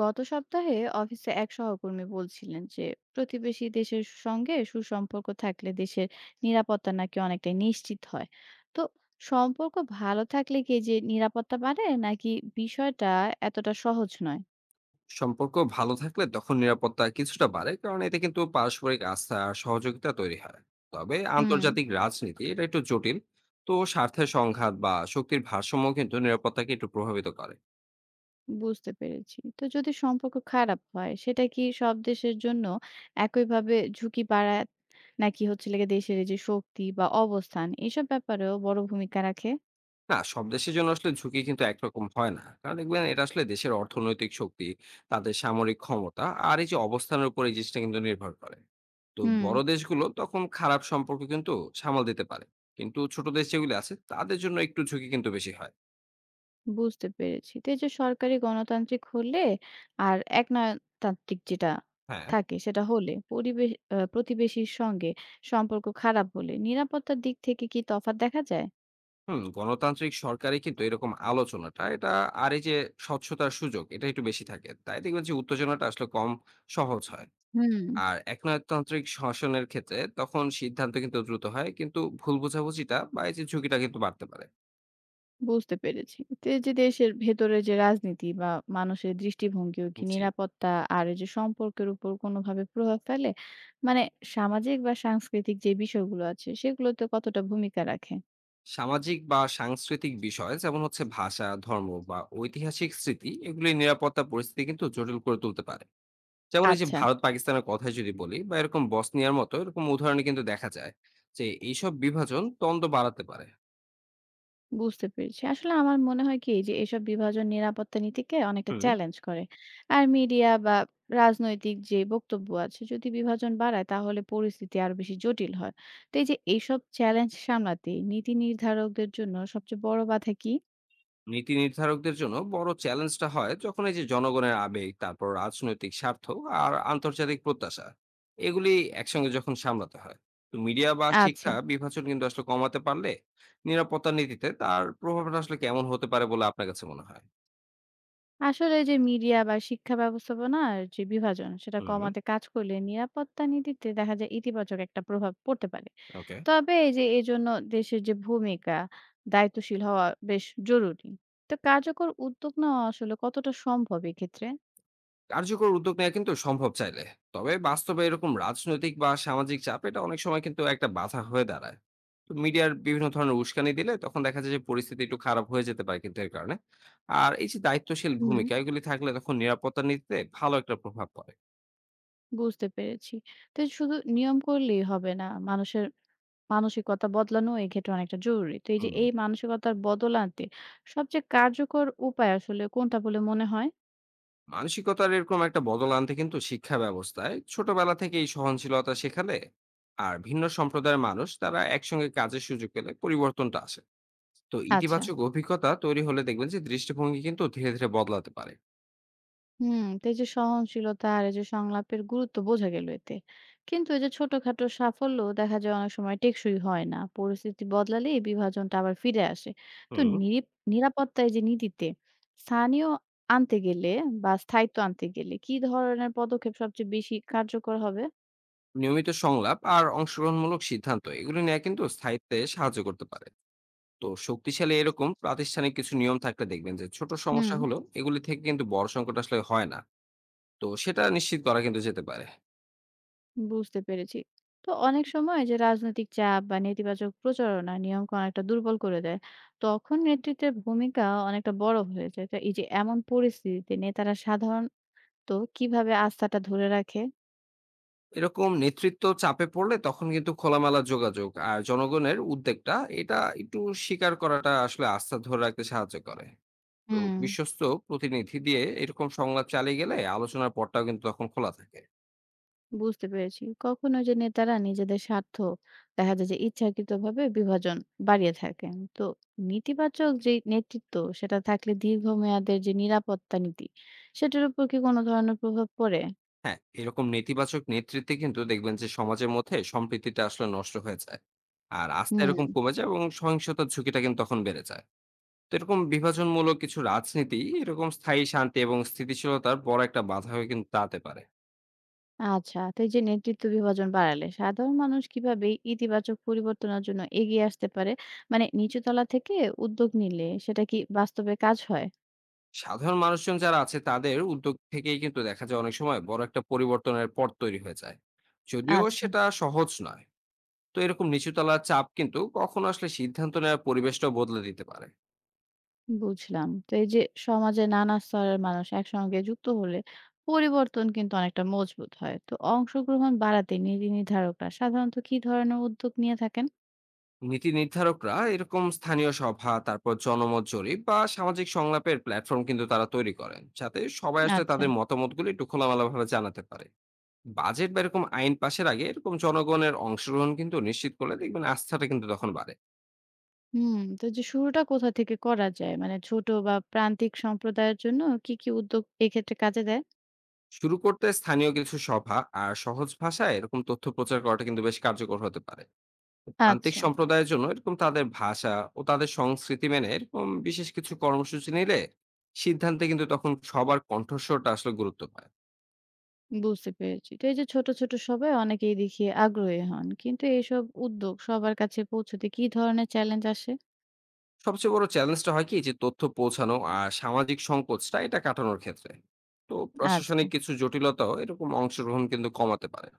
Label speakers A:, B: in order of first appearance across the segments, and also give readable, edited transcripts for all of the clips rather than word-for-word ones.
A: গত সপ্তাহে অফিসে এক সহকর্মী বলছিলেন যে প্রতিবেশী দেশের সঙ্গে সুসম্পর্ক থাকলে দেশের নিরাপত্তা নাকি অনেকটাই নিশ্চিত হয়। তো সম্পর্ক ভালো থাকলে কি এই যে নিরাপত্তা বাড়ে নাকি বিষয়টা এতটা সহজ নয়?
B: সম্পর্ক ভালো থাকলে তখন নিরাপত্তা কিছুটা বাড়ে, কারণ এতে কিন্তু পারস্পরিক আস্থা আর সহযোগিতা তৈরি হয়। তবে
A: হুম।
B: আন্তর্জাতিক রাজনীতি এটা একটু জটিল। তো স্বার্থের সংঘাত বা শক্তির ভারসাম্য কিন্তু নিরাপত্তাকে একটু প্রভাবিত করে।
A: বুঝতে পেরেছি। তো যদি সম্পর্ক খারাপ হয় সেটা কি সব দেশের জন্য একইভাবে ঝুঁকি বাড়ায়, নাকি হচ্ছে লেগে দেশের এই যে শক্তি বা অবস্থান এসব ব্যাপারেও বড় ভূমিকা রাখে?
B: না, সব দেশের জন্য আসলে ঝুঁকি কিন্তু একরকম হয় না, কারণ দেখবেন এটা আসলে দেশের অর্থনৈতিক শক্তি, তাদের সামরিক ক্ষমতা আর এই যে অবস্থানের উপর এই জিনিসটা কিন্তু নির্ভর করে। তো
A: হুম।
B: বড় দেশগুলো তখন খারাপ সম্পর্ক কিন্তু সামাল দিতে পারে। কিন্তু ছোট দেশ যেগুলি আছে তাদের জন্য একটু ঝুঁকি কিন্তু বেশি হয়।
A: বুঝতে পেরেছি। তো এই যে সরকারি গণতান্ত্রিক হলে আর একনায়কতান্ত্রিক যেটা
B: হ্যাঁ।
A: থাকে সেটা হলে পরিবেশ প্রতিবেশীর সঙ্গে সম্পর্ক খারাপ হলে নিরাপত্তার দিক থেকে কি তফাৎ দেখা যায়?
B: গণতান্ত্রিক সরকারে কিন্তু এরকম আলোচনাটা এটা আর এই যে স্বচ্ছতার সুযোগ এটা একটু বেশি থাকে। তাই দেখবেন যে উত্তেজনাটা আসলে কম সহজ হয়।
A: হুম।
B: আর একনায়কতান্ত্রিক শাসনের ক্ষেত্রে তখন সিদ্ধান্ত কিন্তু দ্রুত হয়, কিন্তু ভুল বোঝাবুঝিটা বা এই যে ঝুঁকিটা কিন্তু বাড়তে পারে।
A: বুঝতে পেরেছি। তো এই যে দেশের ভেতরে যে রাজনীতি বা মানুষের দৃষ্টিভঙ্গিও কি
B: জি।
A: নিরাপত্তা আর এই যে সম্পর্কের উপর কোনোভাবে প্রভাব ফেলে? মানে সামাজিক বা সাংস্কৃতিক যে বিষয়গুলো আছে সেগুলোতে কতটা ভূমিকা রাখে?
B: সামাজিক বা সাংস্কৃতিক বিষয় যেমন হচ্ছে ভাষা, ধর্ম বা ঐতিহাসিক স্মৃতি, এগুলি নিরাপত্তা পরিস্থিতি কিন্তু জটিল করে তুলতে পারে। যেমন এই যে
A: আচ্ছা।
B: ভারত পাকিস্তানের কথাই যদি বলি বা এরকম বসনিয়ার মতো এরকম উদাহরণে কিন্তু দেখা যায় যে এইসব বিভাজন দ্বন্দ্ব বাড়াতে পারে।
A: বুঝতে পেরেছি। আসলে আমার মনে হয় কি যে এসব বিভাজন নিরাপত্তা নীতিকে অনেকটা
B: হুম।
A: চ্যালেঞ্জ করে। আর মিডিয়া বা রাজনৈতিক যে বক্তব্য আছে যদি বিভাজন বাড়ায় তাহলে পরিস্থিতি আরো বেশি জটিল হয়। তো এই যে এইসব চ্যালেঞ্জ সামলাতে নীতি নির্ধারকদের জন্য সবচেয়ে বড় বাধা কি?
B: নীতি নির্ধারকদের জন্য বড় চ্যালেঞ্জটা হয় যখন এই যে জনগণের আবেগ, তারপর রাজনৈতিক স্বার্থ আর আন্তর্জাতিক প্রত্যাশা, এগুলি একসঙ্গে যখন সামলাতে হয়। তো মিডিয়া বা
A: আচ্ছা।
B: শিক্ষা বিভাজন কিন্তু আসলে কমাতে পারলে নিরাপত্তা নীতিতে তার প্রভাবটা আসলে কেমন হতে পারে বলে আপনার কাছে মনে হয়?
A: আসলে যে মিডিয়া বা শিক্ষা ব্যবস্থাপনার যে বিভাজন সেটা
B: হুম,
A: কমাতে কাজ করলে নিরাপত্তা নীতিতে দেখা যায় ইতিবাচক একটা প্রভাব পড়তে পারে।
B: ওকে।
A: তবে এই যে এজন্য দেশের যে ভূমিকা, দায়িত্বশীল হওয়া বেশ জরুরি। তো কার্যকর উদ্যোগ নেওয়া আসলে কতটা সম্ভব এক্ষেত্রে?
B: কার্যকর উদ্যোগ নেওয়া কিন্তু সম্ভব চাইলে। তবে বাস্তবে এরকম রাজনৈতিক বা সামাজিক চাপ এটা অনেক সময় কিন্তু একটা বাধা হয়ে দাঁড়ায়। তো মিডিয়ার বিভিন্ন ধরনের উস্কানি দিলে তখন দেখা যায় যে পরিস্থিতি একটু খারাপ হয়ে যেতে পারে কিন্তু এর কারণে। আর এই যে দায়িত্বশীল
A: হুম।
B: ভূমিকা এগুলি থাকলে তখন নিরাপত্তা নীতিতে ভালো একটা প্রভাব পড়ে।
A: বুঝতে পেরেছি। তো এই শুধু নিয়ম করলেই হবে না। মানুষের মানসিকতা বদলানো এক্ষেত্রে অনেকটা জরুরি। তো এই যে
B: হুম।
A: এই মানসিকতার বদল আনতে সবচেয়ে কার্যকর উপায় আসলে কোনটা বলে মনে হয়?
B: মানসিকতার এরকম একটা বদল আনতে কিন্তু শিক্ষা ব্যবস্থায় ছোটবেলা থেকেই সহনশীলতা শেখালে আর ভিন্ন সম্প্রদায়ের মানুষ তারা একসঙ্গে কাজের সুযোগ পেলে পরিবর্তনটা আসে। তো
A: আচ্ছা।
B: ইতিবাচক অভিজ্ঞতা তৈরি হলে দেখবেন যে দৃষ্টিভঙ্গি কিন্তু ধীরে ধীরে বদলাতে পারে।
A: হুম। তো এই যে সহনশীলতা আর এই যে সংলাপের গুরুত্ব বোঝা গেল এতে, কিন্তু এই যে ছোটখাটো সাফল্য দেখা যায় অনেক সময় টেকসই হয় না, পরিস্থিতি বদলালে এই বিভাজনটা আবার ফিরে আসে। তো
B: হুম।
A: নিরাপত্তায় যে নীতিতে স্থানীয় আনতে গেলে বা স্থায়িত্ব আনতে গেলে কি ধরনের পদক্ষেপ সবচেয়ে বেশি কার্যকর হবে?
B: নিয়মিত সংলাপ আর অংশগ্রহণমূলক সিদ্ধান্ত এগুলো নেওয়া কিন্তু স্থায়িত্বে সাহায্য করতে পারে। তো শক্তিশালী এরকম প্রাতিষ্ঠানিক কিছু নিয়ম থাকলে দেখবেন যে ছোট
A: হুম।
B: সমস্যা হলো এগুলি থেকে কিন্তু বড় সংকট আসলে হয় না। তো সেটা নিশ্চিত করা কিন্তু যেতে পারে।
A: বুঝতে পেরেছি। তো অনেক সময় যে রাজনৈতিক চাপ বা নেতিবাচক প্রচারণা নিয়মকে অনেকটা দুর্বল করে দেয়। তখন নেতৃত্বের ভূমিকা অনেকটা বড় হয়ে যায়। তো এই যে এমন পরিস্থিতিতে নেতারা সাধারণত কিভাবে আস্থাটা ধরে রাখে?
B: এরকম নেতৃত্ব চাপে পড়লে তখন কিন্তু খোলামেলা যোগাযোগ আর জনগণের উদ্যোগটা এটা একটু স্বীকার করাটা আসলে আস্থা ধরে রাখতে সাহায্য করে। তো
A: হুম।
B: বিশ্বস্ত প্রতিনিধি দিয়ে এরকম সংলাপ চালিয়ে গেলে আলোচনার পথটাও কিন্তু তখন খোলা থাকে।
A: বুঝতে পেরেছি। কখনো যে নেতারা নিজেদের স্বার্থ দেখা যায় যে ইচ্ছাকৃতভাবে বিভাজন বাড়িয়ে থাকেন। তো নেতিবাচক যে নেতৃত্ব সেটা থাকলে দীর্ঘমেয়াদের যে নিরাপত্তা নীতি সেটার উপর কি কোনো ধরনের প্রভাব পড়ে?
B: হ্যাঁ, এরকম নেতিবাচক নেতৃত্বে কিন্তু দেখবেন যে সমাজের মধ্যে সম্প্রীতিটা আসলে নষ্ট হয়ে যায়, আর আস্থা
A: হুম।
B: এরকম কমে যায় এবং সহিংসতার ঝুঁকিটা কিন্তু তখন বেড়ে যায়। তো এরকম বিভাজনমূলক কিছু রাজনীতি এরকম স্থায়ী শান্তি এবং স্থিতিশীলতার বড় একটা বাধা হয়ে কিন্তু দাঁড়াতে পারে।
A: আচ্ছা, তো এই যে নেতৃত্ব বিভাজন বাড়ালে সাধারণ মানুষ কিভাবে ইতিবাচক পরিবর্তনের জন্য এগিয়ে আসতে পারে? মানে নিচু তলা থেকে উদ্যোগ নিলে সেটা কি বাস্তবে কাজ হয়?
B: সাধারণ মানুষজন যারা আছে তাদের উদ্যোগ থেকেই কিন্তু দেখা যায় অনেক সময় বড় একটা পরিবর্তনের পথ তৈরি হয়ে যায়, যদিও
A: আচ্ছা,
B: সেটা সহজ নয়। তো এরকম নিচুতলার চাপ কিন্তু কখনো আসলে সিদ্ধান্ত নেওয়ার পরিবেশটাও বদলে দিতে পারে।
A: বুঝলাম। তো এই যে সমাজে নানা স্তরের মানুষ একসঙ্গে যুক্ত হলে পরিবর্তন কিন্তু অনেকটা মজবুত হয়। তো অংশগ্রহণ বাড়াতে নীতি নির্ধারকরা সাধারণত কি ধরনের উদ্যোগ নিয়ে থাকেন?
B: নীতি নির্ধারকরা এরকম স্থানীয় সভা, তারপর জনমত জরিপ বা সামাজিক সংলাপের প্ল্যাটফর্ম কিন্তু তারা তৈরি করেন, যাতে সবাই আসলে
A: আচ্ছা,
B: তাদের মতামতগুলো একটু খোলামেলাভাবে জানাতে পারে। বাজেট বা এরকম আইন পাশের আগে এরকম জনগণের অংশগ্রহণ কিন্তু নিশ্চিত করলে দেখবেন আস্থাটা কিন্তু তখন বাড়ে।
A: হুম। তো যে শুরুটা কোথা থেকে করা যায়? মানে ছোট বা প্রান্তিক সম্প্রদায়ের জন্য কি, কি উদ্যোগ এক্ষেত্রে কাজে দেয়?
B: শুরু করতে স্থানীয় কিছু সভা আর সহজ ভাষায় এরকম তথ্য প্রচার করাটা কিন্তু বেশ কার্যকর হতে পারে। প্রান্তিক
A: আচ্ছা।
B: সম্প্রদায়ের জন্য এরকম তাদের ভাষা ও তাদের সংস্কৃতি মেনে এরকম বিশেষ কিছু কর্মসূচি নিলে সিদ্ধান্তে কিন্তু তখন সবার কণ্ঠস্বরটা আসলে গুরুত্ব পায়।
A: বুঝতে পেরেছি। তো এই যে ছোট, ছোট সবাই অনেকেই দেখি আগ্রহী হন। কিন্তু এইসব উদ্যোগ সবার কাছে পৌঁছতে কি ধরনের চ্যালেঞ্জ আসে?
B: সবচেয়ে বড় চ্যালেঞ্জটা হয় কি যে তথ্য পৌঁছানো আর সামাজিক সংকোচটা এটা কাটানোর ক্ষেত্রে। তো
A: আচ্ছা।
B: প্রশাসনিক কিছু জটিলতাও এরকম অংশগ্রহণ কিন্তু কমাতে পারে।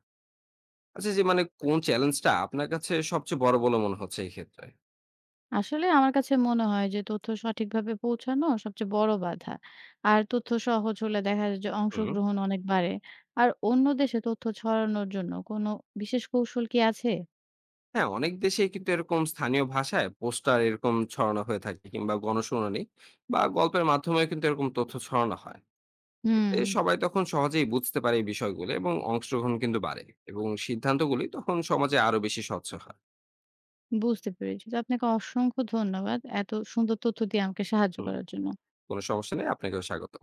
B: আচ্ছা, যে মানে কোন চ্যালেঞ্জটা আপনার কাছে সবচেয়ে বড় বলে মনে হচ্ছে এই ক্ষেত্রে?
A: আসলে আমার কাছে মনে হয় যে তথ্য সঠিকভাবে পৌঁছানো সবচেয়ে বড় বাধা। আর তথ্য সহজ হলে দেখা যায় যে
B: হুম।
A: অংশগ্রহণ অনেক বাড়ে। আর অন্য দেশে তথ্য ছড়ানোর জন্য কোনো বিশেষ কৌশল কি আছে?
B: হ্যাঁ, অনেক দেশেই কিন্তু এরকম স্থানীয় ভাষায় পোস্টার এরকম ছড়ানো হয়ে থাকে, কিংবা গণশুনানি বা গল্পের মাধ্যমেও কিন্তু এরকম তথ্য ছড়ানো হয়।
A: হুম,
B: এতে সবাই তখন সহজেই বুঝতে পারে এই বিষয়গুলো এবং অংশগ্রহণ কিন্তু বাড়ে এবং সিদ্ধান্তগুলি তখন সমাজে আরো বেশি স্বচ্ছ হয়।
A: বুঝতে পেরেছি। তো আপনাকে অসংখ্য ধন্যবাদ। এত সুন্দর তথ্য দিয়ে আমাকে সাহায্য
B: হুম,
A: করার জন্য।
B: কোনো সমস্যা নেই। আপনাকেও স্বাগত।